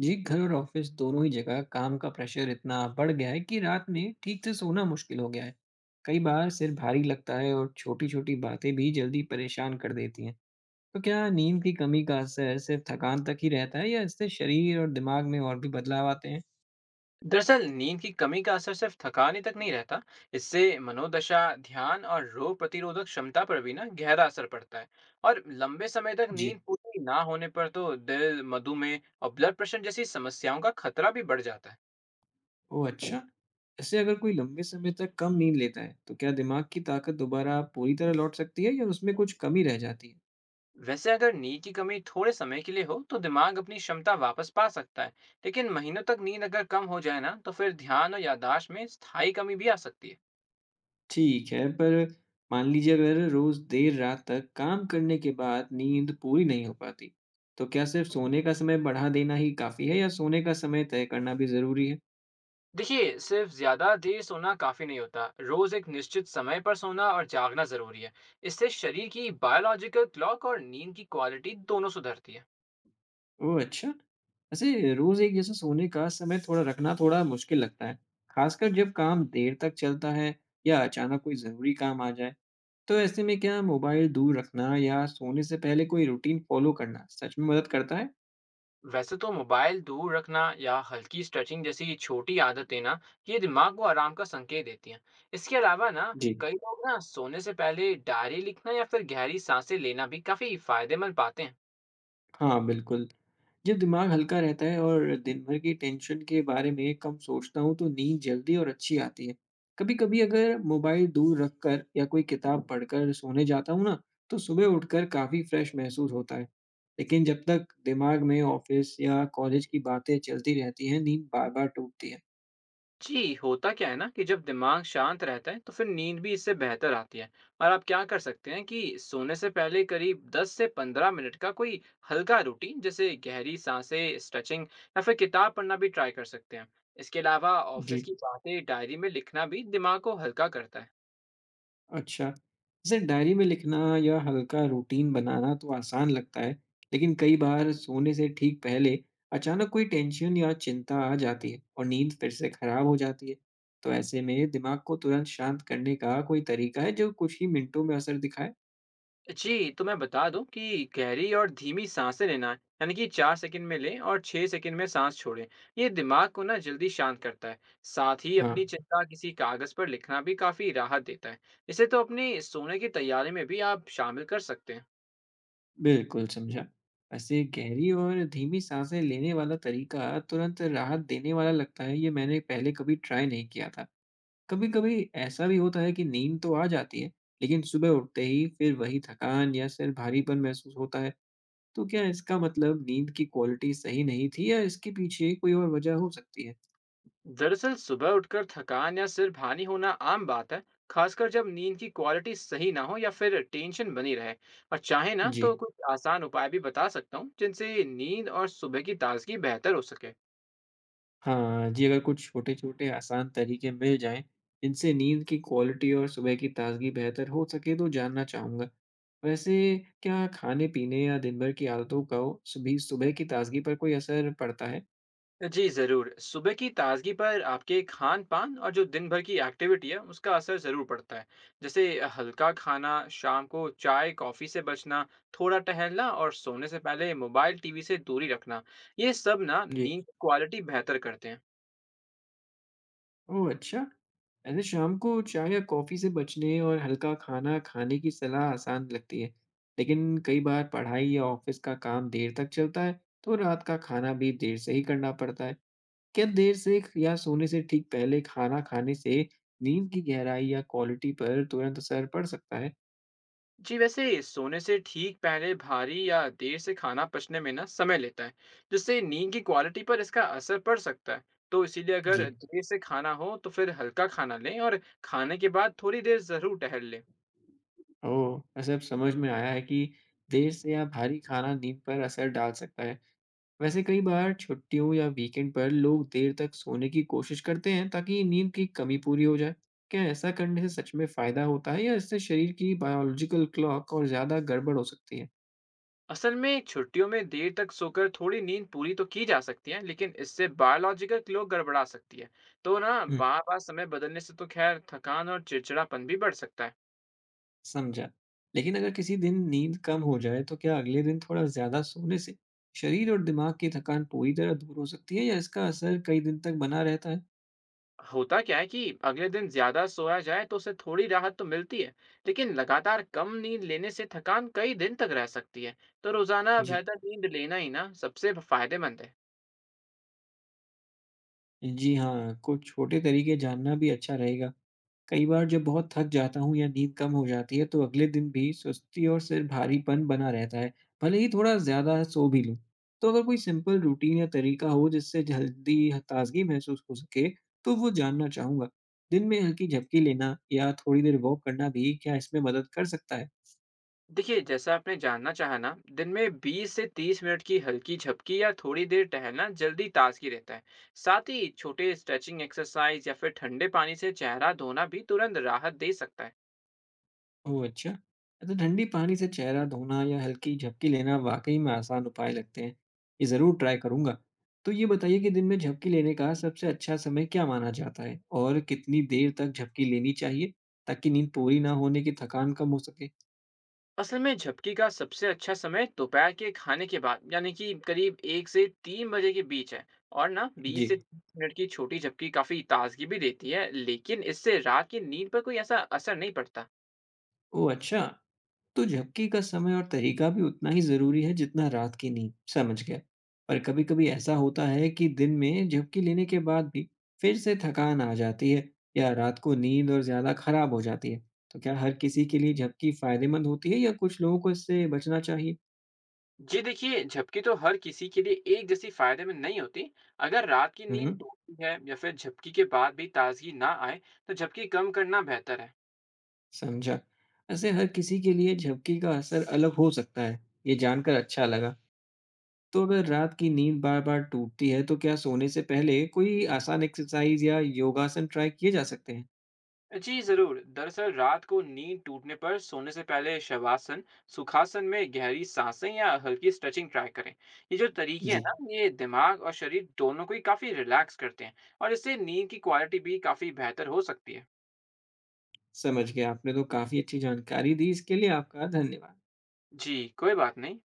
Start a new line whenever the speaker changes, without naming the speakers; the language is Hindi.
जी, घर और ऑफिस दोनों ही जगह काम का प्रेशर इतना बढ़ गया है कि रात में ठीक से सोना मुश्किल हो गया है। कई बार सिर भारी लगता है और छोटी-छोटी बातें भी जल्दी परेशान कर देती हैं। तो क्या नींद की कमी का असर सिर्फ थकान तक ही रहता है या इससे शरीर और दिमाग में और भी बदलाव आते हैं?
दरअसल नींद की कमी का असर सिर्फ थकान ही तक नहीं रहता। इससे मनोदशा ध्यान और रोग प्रतिरोधक क्षमता पर भी ना गहरा असर पड़ता है। और लंबे समय तक
जी।
नींद पूरी ना होने पर तो दिल मधुमेह और ब्लड प्रेशर जैसी समस्याओं का खतरा भी बढ़ जाता है।
ओह, अच्छा। ऐसे अगर कोई लंबे समय तक कम नींद लेता है तो क्या दिमाग की ताकत दोबारा पूरी तरह लौट सकती है या उसमें कुछ कमी रह जाती है।
वैसे अगर नींद की कमी थोड़े समय के लिए हो तो दिमाग अपनी क्षमता वापस पा सकता है। लेकिन महीनों तक नींद अगर कम हो जाए ना तो फिर ध्यान और याददाश्त में स्थायी कमी भी आ सकती है।
ठीक है, पर मान लीजिए अगर रोज़ देर रात तक काम करने के बाद नींद पूरी नहीं हो पाती, तो क्या सिर्फ़ सोने का समय बढ़ा देना ही काफ़ी है या सोने का समय तय करना भी ज़रूरी है?
देखिए सिर्फ ज्यादा देर सोना काफी नहीं होता। रोज एक निश्चित समय पर सोना और जागना जरूरी है। इससे शरीर की बायोलॉजिकल क्लॉक और नींद की क्वालिटी दोनों सुधरती है।
ओह, अच्छा! वैसे रोज़ एक जैसा सोने का समय थोड़ा रखना थोड़ा मुश्किल लगता है, ख़ासकर जब काम देर तक चलता है या अचानक कोई ज़रूरी काम आ जाए। तो ऐसे में क्या मोबाइल दूर रखना या सोने से पहले कोई रूटीन फ़ॉलो करना सच में मदद करता है?
वैसे तो मोबाइल दूर रखना या हल्की स्ट्रेचिंग जैसी छोटी आदतें ना ये दिमाग को आराम का संकेत देती हैं। इसके अलावा ना
जी।
कई लोग ना सोने से पहले डायरी लिखना या फिर गहरी सांसें लेना भी काफी फायदेमंद पाते हैं।
हाँ, बिल्कुल। जब दिमाग हल्का रहता है और दिन भर की टेंशन के बारे में कम सोचता हूँ तो नींद जल्दी और अच्छी आती है। कभी कभी अगर मोबाइल दूर रखकर या कोई किताब पढ़कर सोने जाता हूँ ना तो सुबह उठकर काफी फ्रेश महसूस होता है। लेकिन जब तक दिमाग में ऑफिस या कॉलेज की बातें चलती रहती हैं नींद बार बार टूटती है।
जी होता क्या है ना कि जब दिमाग शांत रहता है तो फिर नींद भी इससे बेहतर आती है। और आप क्या कर सकते हैं कि सोने से पहले करीब 10 से 15 मिनट का कोई हल्का रूटीन जैसे गहरी सांसें स्ट्रेचिंग या फिर किताब पढ़ना भी ट्राई कर सकते हैं। इसके अलावा ऑफिस
जी,
की बातें डायरी में लिखना भी दिमाग को हल्का करता है।
अच्छा। जैसे डायरी में लिखना या हल्का रूटीन बनाना तो आसान लगता है, लेकिन कई बार सोने से ठीक पहले अचानक कोई टेंशन या चिंता आ जाती है और नींद फिर से खराब हो जाती है। तो ऐसे में दिमाग को तुरंत शांत करने का कोई तरीका है जो कुछ ही मिनटों में असर दिखाए?
जी, तो मैं बता दूँ कि गहरी और धीमी साँसें लेना, है, यानी कि 4 सेकंड में लें और 6 सेकंड में साँस छोड़ें। ये दिमाग को ना जल्दी शांत करता है। साथ ही
हाँ,
अपनी चिंता किसी कागज़ पर लिखना भी काफ़ी राहत देता है। इसे तो अपनी सोने की तैयारी में भी आप शामिल कर सकते हैं।
बिल्कुल समझा। वैसे गहरी और धीमी साँसें लेने वाला तरीका तुरंत राहत देने वाला लगता है, ये मैंने पहले कभी ट्राई नहीं किया था। कभी-कभी ऐसा भी होता है कि नींद तो आ जाती है, लेकिन सुबह उठते ही फिर वही थकान या सिर भारीपन महसूस होता है। तो क्या इसका मतलब नींद की क्वालिटी सही नहीं थी या इसके पीछे कोई और वजह हो सकती है?
दरअसल सुबह उठकर थकान या सिर भारी होना आम बात है, खासकर जब नींद की क्वालिटी सही ना हो या फिर टेंशन बनी रहे। और चाहे ना
जी।
तो कुछ आसान उपाय भी बता सकता हूँ, जिनसे नींद और सुबह की ताज़गी बेहतर हो सके।
हाँ जी, अगर कुछ छोटे-छोटे आसान तरीके मिल जाएँ, जिनसे नींद की क्वालिटी और सुबह की ताज़गी बेहतर हो सके तो जानना चाहूँगा। वैसे क्या खाने-पीने या दिन भर की आदतों का भी सुबह की ताज़गी पर कोई असर पड़ता है?
जी ज़रूर, सुबह की ताज़गी पर आपके खान-पान और जो दिन भर की एक्टिविटी है, उसका असर ज़रूर पड़ता है। जैसे हल्का खाना, शाम को चाय-कॉफ़ी से बचना, थोड़ा टहलना और सोने से पहले मोबाइल, टीवी से दूरी रखना, ये सब ना
जी।
नींद क्वालिटी बेहतर करते हैं।
ओह, अच्छा। ऐसे शाम को चाय या कॉफ़ी से बचने और हल्का खाना खाने की सलाह आसान लगती है, लेकिन कई बार पढ़ाई या ऑफ़िस का काम देर तक चलता है, तो रात का खाना भी देर से ही करना पड़ता है। क्या देर से ख या सोने से ठीक पहले खाना खाने से नींद की गहराई या क्वालिटी पर तुरंत असर पड़ सकता है?
जी, वैसे सोने से ठीक पहले भारी या देर से खाना पचने में ना समय लेता है, जिससे नींद की क्वालिटी पर इसका असर पड़ सकता है। तो इसीलिए अगर
जी।
देर से खाना हो, तो फिर हल्का खाना लें और खाने के बाद थोड़ी देर ज़रूर टहल लें।
ओह! ऐसे अब समझ में आया है कि देर से या भारी खाना नींद पर असर डाल सकता है। वैसे कई बार छुट्टियों या वीकेंड पर लोग देर तक सोने की कोशिश करते हैं ताकि नींद की कमी पूरी हो जाए। क्या ऐसा करने से सच में फायदा होता है या इससे शरीर की बायोलॉजिकल क्लॉक और ज़्यादा गड़बड़ हो सकती है?
असल में छुट्टियों में देर तक सोकर थोड़ी नींद पूरी तो की जा सकती है। लेकिन इससे बायोलॉजिकल क्लॉक गड़बड़ा सकती है। तो ना
हुँ,
बार बार समय बदलने से तो खैर थकान और चिड़चिड़ापन भी बढ़ सकता है।
समझा। लेकिन अगर किसी दिन नींद कम हो जाए तो क्या अगले दिन थोड़ा ज़्यादा सोने से शरीर और दिमाग की थकान पूरी तरह दूर हो सकती है या इसका असर कई दिन तक बना रहता है?
होता क्या है कि अगले दिन ज्यादा सोया जाए तो उसे थोड़ी राहत तो मिलती है। लेकिन लगातार कम नींद लेने से थकान कई दिन तक रह सकती है। तो रोजाना
जी।
बेहतर नींद लेना ही ना सबसे फायदेमंद है।
जी हाँ, कुछ छोटे तरीके जानना भी अच्छा रहेगा। कई बार जब बहुत थक जाता हूँ या नींद कम हो जाती है, तो अगले दिन भी सुस्ती और सिर भारीपन बना रहता है, भले ही थोड़ा ज़्यादा सो भी लूँ। तो अगर कोई सिंपल रूटीन या तरीका हो, जिससे जल्दी ह ताज़गी महसूस हो सके, तो वो जानना चाहूँगा। दिन में हल्की झपकी लेना या थोड़ी देर वॉक करना भी क्या इसमें मदद कर सकता है?
देखिए जैसा आपने जानना चाहा ना दिन में 20 से 30 मिनट की हल्की झपकी या थोड़ी देर टहलना जल्दी ताजगी रहता है। साथ ही छोटे स्ट्रेचिंग एक्सरसाइज या फिर ठंडे पानी से चेहरा धोना भी तुरंत राहत दे सकता है।
ओह, अच्छा। तो ठंडी पानी से चेहरा धोना या हल्की झपकी लेना वाक़ई में आसान उपाय लगते हैं। ये ज़रूर ट्राई करूँगा। तो ये बताइए कि दिन में झपकी लेने का सबसे अच्छा समय क्या माना जाता है? और कितनी देर तक झपकी लेनी चाहिए ताकि नींद पूरी ना होने की थकान कम हो सके?
असल में झपकी का सबसे अच्छा समय दोपहर के खाने के बाद यानी कि करीब 1 से 3 बजे के बीच है। और ना बीस
जी।
से तीस मिनट की छोटी झपकी काफी ताजगी भी देती है। लेकिन इससे रात की नींद पर कोई ऐसा असर नहीं पड़ता।
ओह, अच्छा। तो झपकी का समय और तरीका भी उतना ही ज़रूरी है जितना रात की नींद। समझ गया। पर कभी-कभी ऐसा होता है कि दिन में झपकी लेने के बाद भी फिर से थकान आ जाती है या रात को नींद और ज़्यादा ख़राब हो जाती है। तो क्या हर किसी के लिए झपकी फ़ायदेमंद होती है या कुछ लोगों को इससे बचना चाहिए?
जी देखिए, झपकी तो हर किसी के लिए एक जैसी फायदेमंद नहीं होती। अगर रात की नींद
हुँ,
टूटती है या फिर झपकी के बाद भी ताजगी ना आए, तो झपकी कम करना बेहतर है।
समझा। ऐसे हर किसी के लिए झपकी का असर अलग हो सकता है। ये जानकर अच्छा लगा। तो अगर रात की नींद बार-बार टूटती है तो क्या सोने से पहले कोई आसान एक्सरसाइज़ या योगासन ट्राई किए जा सकते हैं?
जी ज़रूर, दरअसल रात को नींद टूटने पर सोने से पहले शवासन, सुखासन में गहरी सांसें या हल्की स्ट्रेचिंग ट्राई करें। ये जो तरीके हैं
जी,
ना, ये दिमाग और शरीर दोनों को ही काफ़ी रिलैक्स करते हैं और इससे नींद की क्वालिटी भी काफ़ी बेहतर हो सकती है।
समझ गया। आपने तो काफ़ी अच्छी जानकारी दी, इसके लिए आपका धन्यवाद।
जी, कोई बात नहीं।